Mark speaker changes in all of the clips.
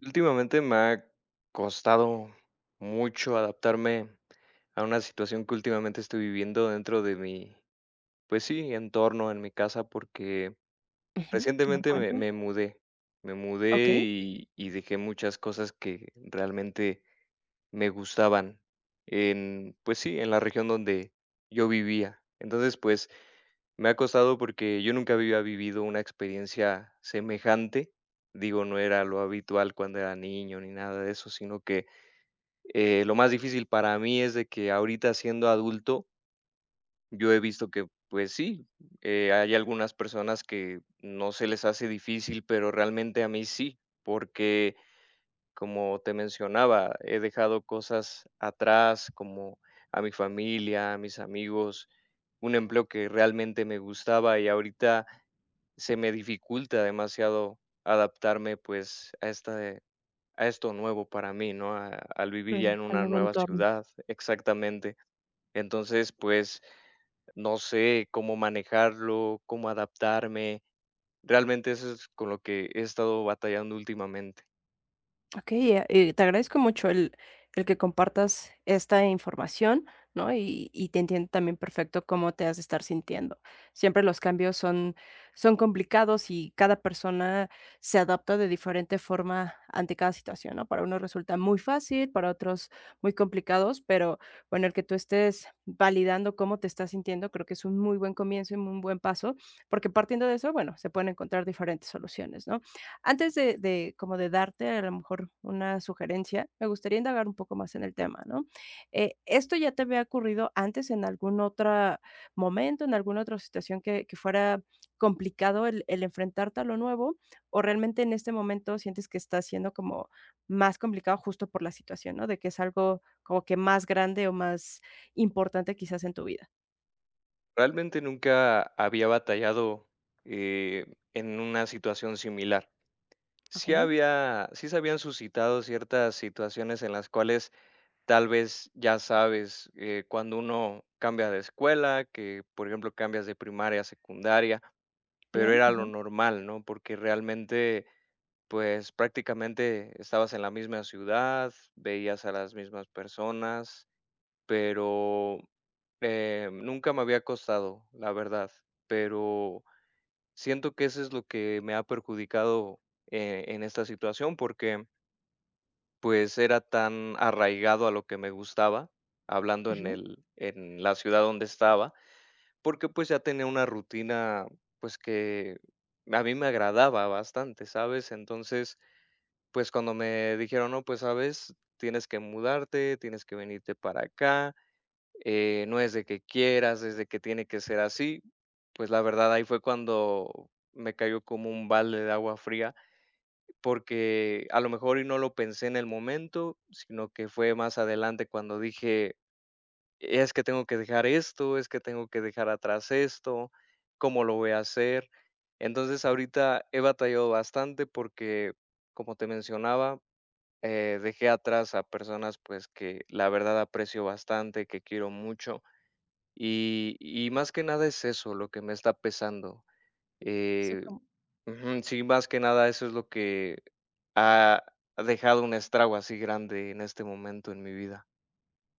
Speaker 1: Últimamente me ha costado mucho adaptarme a una situación que últimamente estoy viviendo dentro de mi, pues sí, entorno, en mi casa, porque
Speaker 2: Ujú, a ver,
Speaker 1: recientemente me,
Speaker 2: cuéntame.
Speaker 1: me mudé. Me mudé
Speaker 2: Okey,
Speaker 1: y dejé muchas cosas que realmente me gustaban en, pues sí, en la región donde yo vivía. Entonces, pues me ha costado porque yo nunca había vivido una experiencia semejante. Digo, no era lo habitual cuando era niño ni nada de eso, sino que lo más difícil para mí es de que ahorita siendo adulto, yo he visto que, pues sí, hay algunas personas que no se les hace difícil, pero realmente a mí sí, porque como te mencionaba, he dejado cosas atrás, como a mi familia, a mis amigos, un empleo que realmente me gustaba y ahorita se me dificulta demasiado adaptarme, pues, a esta a esto nuevo para mí, ¿no? A- al vivir ya
Speaker 2: claro,
Speaker 1: en
Speaker 2: al
Speaker 1: una
Speaker 2: nuevo
Speaker 1: nueva
Speaker 2: entorno.
Speaker 1: ciudad, exactamente. Entonces, pues, no sé cómo manejarlo, cómo adaptarme. Realmente eso es con lo que he estado batallando últimamente.
Speaker 2: Ok, te agradezco mucho el que compartas esta información, ¿no? Y te entiendo también perfecto cómo te has de estar sintiendo. Siempre los cambios son complicados y cada persona se adapta de diferente forma ante cada situación, ¿no? Para unos resulta muy fácil, para otros muy complicados, pero bueno, el que tú estés validando cómo te estás sintiendo, creo que es un muy buen comienzo y un buen paso, porque partiendo de eso, bueno, se pueden encontrar diferentes soluciones, ¿no? Antes de como de darte a lo mejor una sugerencia, me gustaría indagar un poco más en el tema, ¿no? ¿Esto ya te había ocurrido antes en algún otro momento, en alguna otra situación que fuera complicado el enfrentarte a lo nuevo? ¿O realmente en este momento sientes que está siendo como más complicado justo por la situación, no? De que es algo como que más grande o más importante quizás en tu vida.
Speaker 1: Realmente nunca había batallado en una situación similar.
Speaker 2: Okey,
Speaker 1: Sí se habían suscitado ciertas situaciones en las cuales. Tal vez ya sabes, cuando uno cambia de escuela, que por ejemplo cambias de primaria a secundaria, pero
Speaker 2: bien,
Speaker 1: era
Speaker 2: ajá.
Speaker 1: lo normal, ¿no? Porque realmente, pues prácticamente estabas en la misma ciudad, veías a las mismas personas, pero nunca me había costado, la verdad. Pero siento que eso es lo que me ha perjudicado, en esta situación, porque pues, era tan arraigado a lo que me gustaba, hablando
Speaker 2: Ujú.
Speaker 1: en la ciudad donde estaba, porque, pues, ya tenía una rutina, pues, que a mí me agradaba bastante, ¿sabes? Entonces, pues, cuando me dijeron: "No, pues, ¿sabes? Tienes que mudarte, tienes que venirte para acá, no es de que quieras, es de que tiene que ser así". Pues, la verdad, ahí fue cuando me cayó como un balde de agua fría, porque a lo mejor y no lo pensé en el momento, sino que fue más adelante cuando dije: "Es que tengo que dejar esto, es que tengo que dejar atrás esto, ¿cómo lo voy a hacer?". Entonces, ahorita he batallado bastante porque, como te mencionaba, dejé atrás a personas, pues, que la verdad aprecio bastante, que quiero mucho, y más que nada es eso lo que me está pesando.
Speaker 2: Sí,
Speaker 1: Eh,
Speaker 2: como
Speaker 1: ujú, sí, más que nada eso es lo que ha dejado un estrago así grande en este momento en mi vida.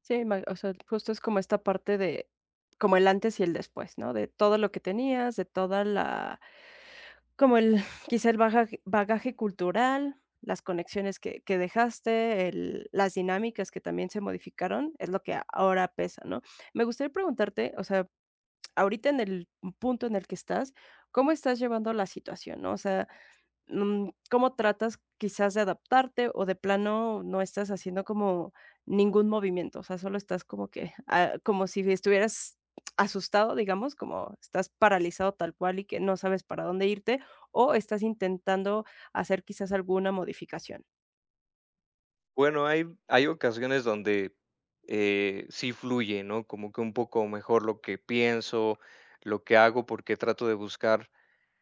Speaker 2: sí, ma, o sea, justo es como esta parte de como el antes y el después, ¿no? De todo lo que tenías, de toda la como el quizá el bagaje cultural, las conexiones que dejaste, el las dinámicas que también se modificaron, es lo que ahora pesa, ¿no? Me gustaría preguntarte, o sea, ahorita en el punto en el que estás, ¿cómo estás llevando la situación, no? O sea, ¿cómo tratas quizás de adaptarte o de plano no estás haciendo como ningún movimiento? O sea, solo estás como que, ah, como si estuvieras asustado, digamos, como estás paralizado tal cual y que no sabes para dónde irte, o estás intentando hacer quizás alguna modificación.
Speaker 1: Bueno, hay ocasiones donde sí fluye, ¿no? Como que un poco mejor lo que pienso, lo que hago, porque trato de buscar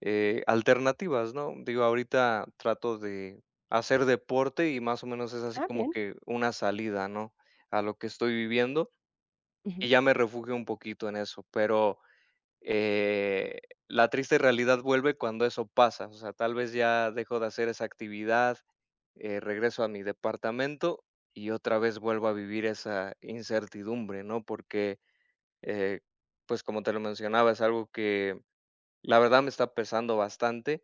Speaker 1: alternativas, ¿no? Digo, ahorita trato de hacer deporte y más o menos es así
Speaker 2: Ah,
Speaker 1: como
Speaker 2: bien.
Speaker 1: que una salida, ¿no? A lo que estoy viviendo y
Speaker 2: Ujú,
Speaker 1: ya me refugio un poquito en eso, pero. Eh, la triste realidad vuelve cuando eso pasa, o sea, tal vez ya dejo de hacer esa actividad, regreso a mi departamento y otra vez vuelvo a vivir esa incertidumbre, ¿no? Porque, eh, pues como te lo mencionaba, es algo que la verdad me está pesando bastante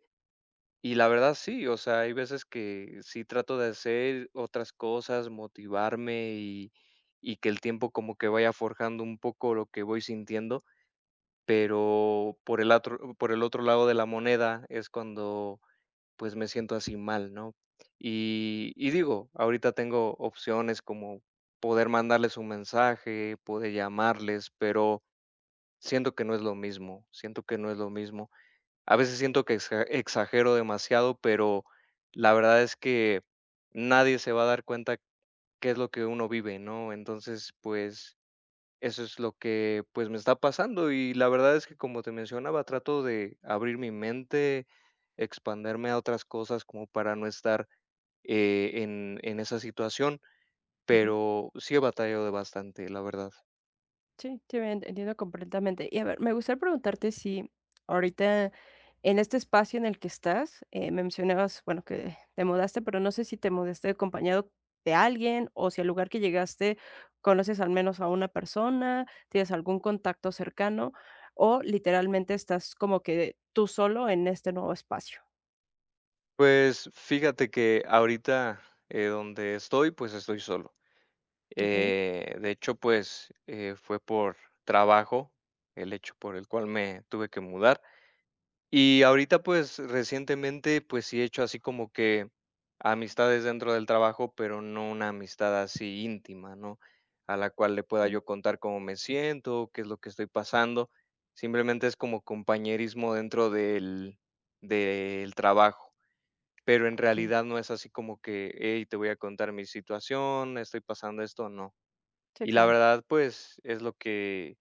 Speaker 1: y la verdad sí, o sea, hay veces que sí trato de hacer otras cosas, motivarme y que el tiempo como que vaya forjando un poco lo que voy sintiendo, pero por el otro lado de la moneda es cuando, pues, me siento así mal, ¿no? Y digo, ahorita tengo opciones como poder mandarles un mensaje, poder llamarles, pero siento que no es lo mismo, siento que no es lo mismo. A veces siento que exagero demasiado, pero la verdad es que nadie se va a dar cuenta qué es lo que uno vive, ¿no? Entonces, pues, eso es lo que, pues, me está pasando y la verdad es que, como te mencionaba, trato de abrir mi mente, expanderme a otras cosas como para no estar, en esa situación,
Speaker 2: ujú.
Speaker 1: pero sí he batallado de bastante, la verdad.
Speaker 2: Sí, sí, entiendo completamente. Y a ver, me gustaría preguntarte si ahorita en este espacio en el que estás, me mencionabas, bueno, que te mudaste, pero no sé si te mudaste acompañado de alguien o si al lugar que llegaste conoces al menos a una persona, tienes algún contacto cercano o literalmente estás como que tú solo en este nuevo espacio.
Speaker 1: Pues, fíjate que ahorita, donde estoy, pues, estoy solo.
Speaker 2: Ok,
Speaker 1: De hecho, pues, fue por trabajo el hecho por el cual me tuve que mudar. Y ahorita, pues, recientemente, pues sí he hecho así como que amistades dentro del trabajo, pero no una amistad así íntima, ¿no? A la cual le pueda
Speaker 2: sí.
Speaker 1: yo contar cómo me siento, qué es lo que estoy pasando. Simplemente es como compañerismo del trabajo, pero en
Speaker 2: Ok,
Speaker 1: realidad no es así como que, hey, te voy a contar mi situación, estoy pasando esto, no.
Speaker 2: sí,
Speaker 1: Y la
Speaker 2: claro.
Speaker 1: verdad, pues, es lo que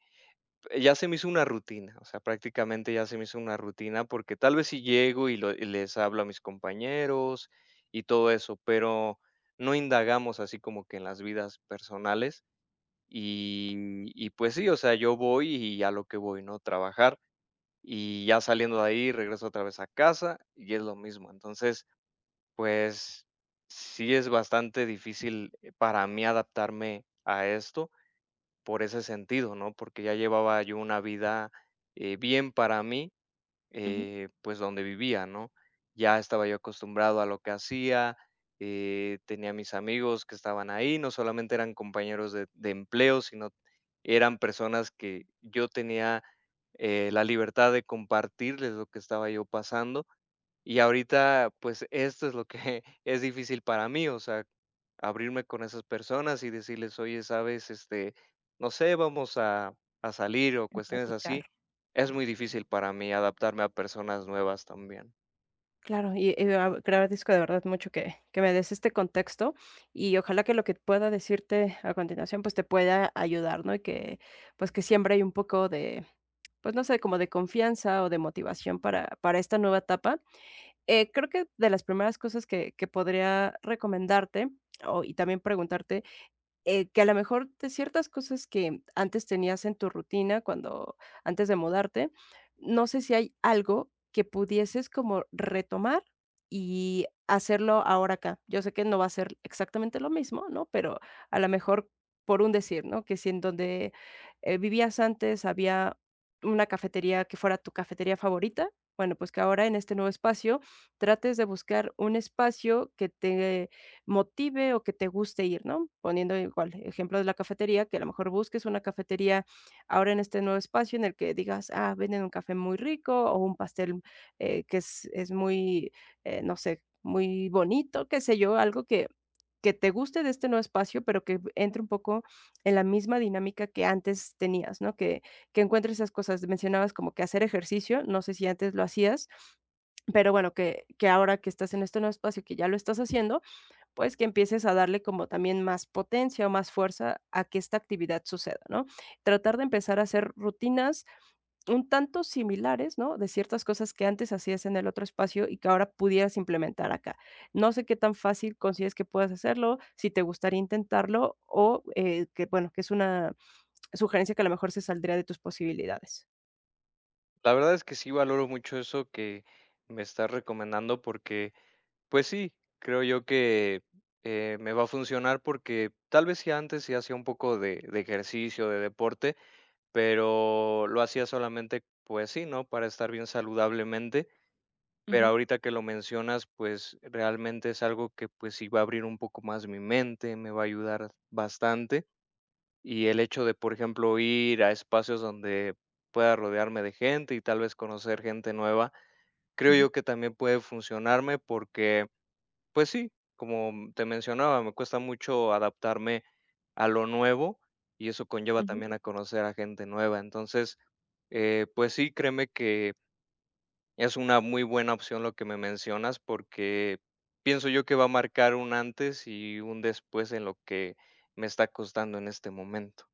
Speaker 1: ya se me hizo una rutina, o sea, prácticamente ya se me hizo una rutina, porque tal vez si llego y les hablo a mis compañeros y todo eso, pero no indagamos así como que en las vidas personales. Y, y pues sí, o sea, yo voy y a lo que voy, ¿no? Trabajar y ya saliendo de ahí regreso otra vez a casa y es lo mismo. Entonces, pues sí es bastante difícil para mí adaptarme a esto por ese sentido, ¿no? Porque ya llevaba yo una vida, bien para mí,
Speaker 2: Ujú.
Speaker 1: pues, donde vivía, ¿no? Ya estaba yo acostumbrado a lo que hacía, tenía mis amigos que estaban ahí, no solamente eran compañeros de empleo, sino eran personas que yo tenía, la libertad de compartirles lo que estaba yo pasando. Y ahorita, pues, esto es lo que es difícil para mí, o sea, abrirme con esas personas y decirles: "Oye, ¿sabes?, este, no sé, vamos a salir", o
Speaker 2: Y
Speaker 1: cuestiones
Speaker 2: platicar.
Speaker 1: así. Es muy difícil para mí adaptarme a personas nuevas también.
Speaker 2: Claro, te agradezco de verdad mucho que me des este contexto y ojalá que lo que pueda decirte a continuación pues te pueda ayudar, ¿no? Y que pues que siempre hay un poco de, pues no sé, como de confianza o de motivación para esta nueva etapa. Creo que de las primeras cosas que podría recomendarte o, y también preguntarte que a lo mejor de ciertas cosas que antes tenías en tu rutina cuando antes de mudarte, no sé si hay algo que pudieses como retomar y hacerlo ahora acá. Yo sé que no va a ser exactamente lo mismo, ¿no? Pero a lo mejor por un decir, ¿no? Que si en donde vivías antes había una cafetería que fuera tu cafetería favorita, bueno, pues que ahora en este nuevo espacio trates de buscar un espacio que te motive o que te guste ir, ¿no? Poniendo igual ejemplo de la cafetería, que a lo mejor busques una cafetería ahora en este nuevo espacio en el que digas, ah, venden un café muy rico o un pastel que es muy, no sé, muy bonito, qué sé yo, algo que te guste de este nuevo espacio, pero que entre un poco en la misma dinámica que antes tenías, ¿no? Que encuentres esas cosas. Mencionabas como que hacer ejercicio, no sé si antes lo hacías, pero bueno, que ahora que estás en este nuevo espacio, que ya lo estás haciendo, pues que empieces a darle como también más potencia o más fuerza a que esta actividad suceda, ¿no? Tratar de empezar a hacer rutinas un tanto similares, ¿no? De ciertas cosas que antes hacías en el otro espacio y que ahora pudieras implementar acá. No sé qué tan fácil consideres que puedas hacerlo, si te gustaría intentarlo o que, bueno, que es una sugerencia que a lo mejor se saldría de tus posibilidades.
Speaker 1: La verdad es que sí valoro mucho eso que me estás recomendando porque, pues sí, creo yo que, me va a funcionar porque tal vez si antes sí hacía un poco de ejercicio, de deporte, pero lo hacía solamente, pues sí, ¿no? Para estar bien saludablemente, pero
Speaker 2: Ujú,
Speaker 1: ahorita que lo mencionas, pues realmente es algo que pues sí va a abrir un poco más mi mente, me va a ayudar bastante y el hecho de, por ejemplo, ir a espacios donde pueda rodearme de gente y tal vez conocer gente nueva, creo
Speaker 2: ujú,
Speaker 1: yo que también puede funcionarme porque pues sí, como te mencionaba, me cuesta mucho adaptarme a lo nuevo y eso conlleva
Speaker 2: ujú.
Speaker 1: también a conocer a gente nueva. Entonces, pues sí, créeme que es una muy buena opción lo que me mencionas porque pienso yo que va a marcar un antes y un después en lo que me está costando en este momento.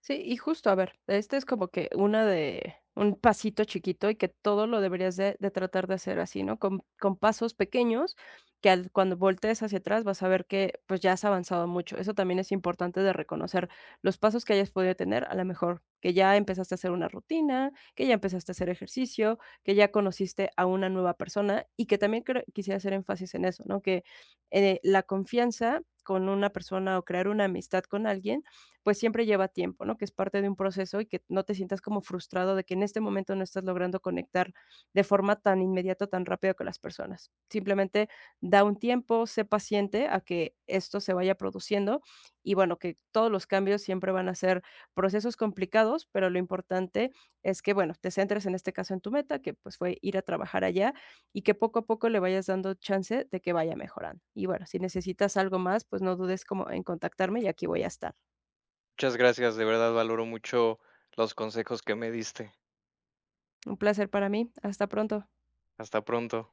Speaker 2: Sí, y justo, a ver, este es como que una de un pasito chiquito y que todo lo deberías de tratar de hacer así, ¿no? Con pasos pequeños que cuando voltees hacia atrás vas a ver que pues ya has avanzado mucho. Eso también es importante de reconocer los pasos que hayas podido tener, a lo mejor que ya empezaste a hacer una rutina, que ya empezaste a hacer ejercicio, que ya conociste a una nueva persona y que también quisiera hacer énfasis en eso, ¿no? Que la confianza con una persona o crear una amistad con alguien pues siempre lleva tiempo, ¿no? Que es parte de un proceso y que no te sientas como frustrado de que en este momento no estás logrando conectar de forma tan inmediata, tan rápida con las personas. Simplemente da un tiempo, sé paciente a que esto se vaya produciendo y bueno, que todos los cambios siempre van a ser procesos complicados, pero lo importante es que, bueno, te centres en este caso en tu meta, que pues fue ir a trabajar allá y que poco a poco le vayas dando chance de que vaya mejorando. Y bueno, si necesitas algo más, pues no dudes como en contactarme y aquí voy a estar.
Speaker 1: Muchas gracias, de verdad valoro mucho los consejos que me diste.
Speaker 2: Un placer para mí. Hasta pronto.
Speaker 1: Hasta pronto.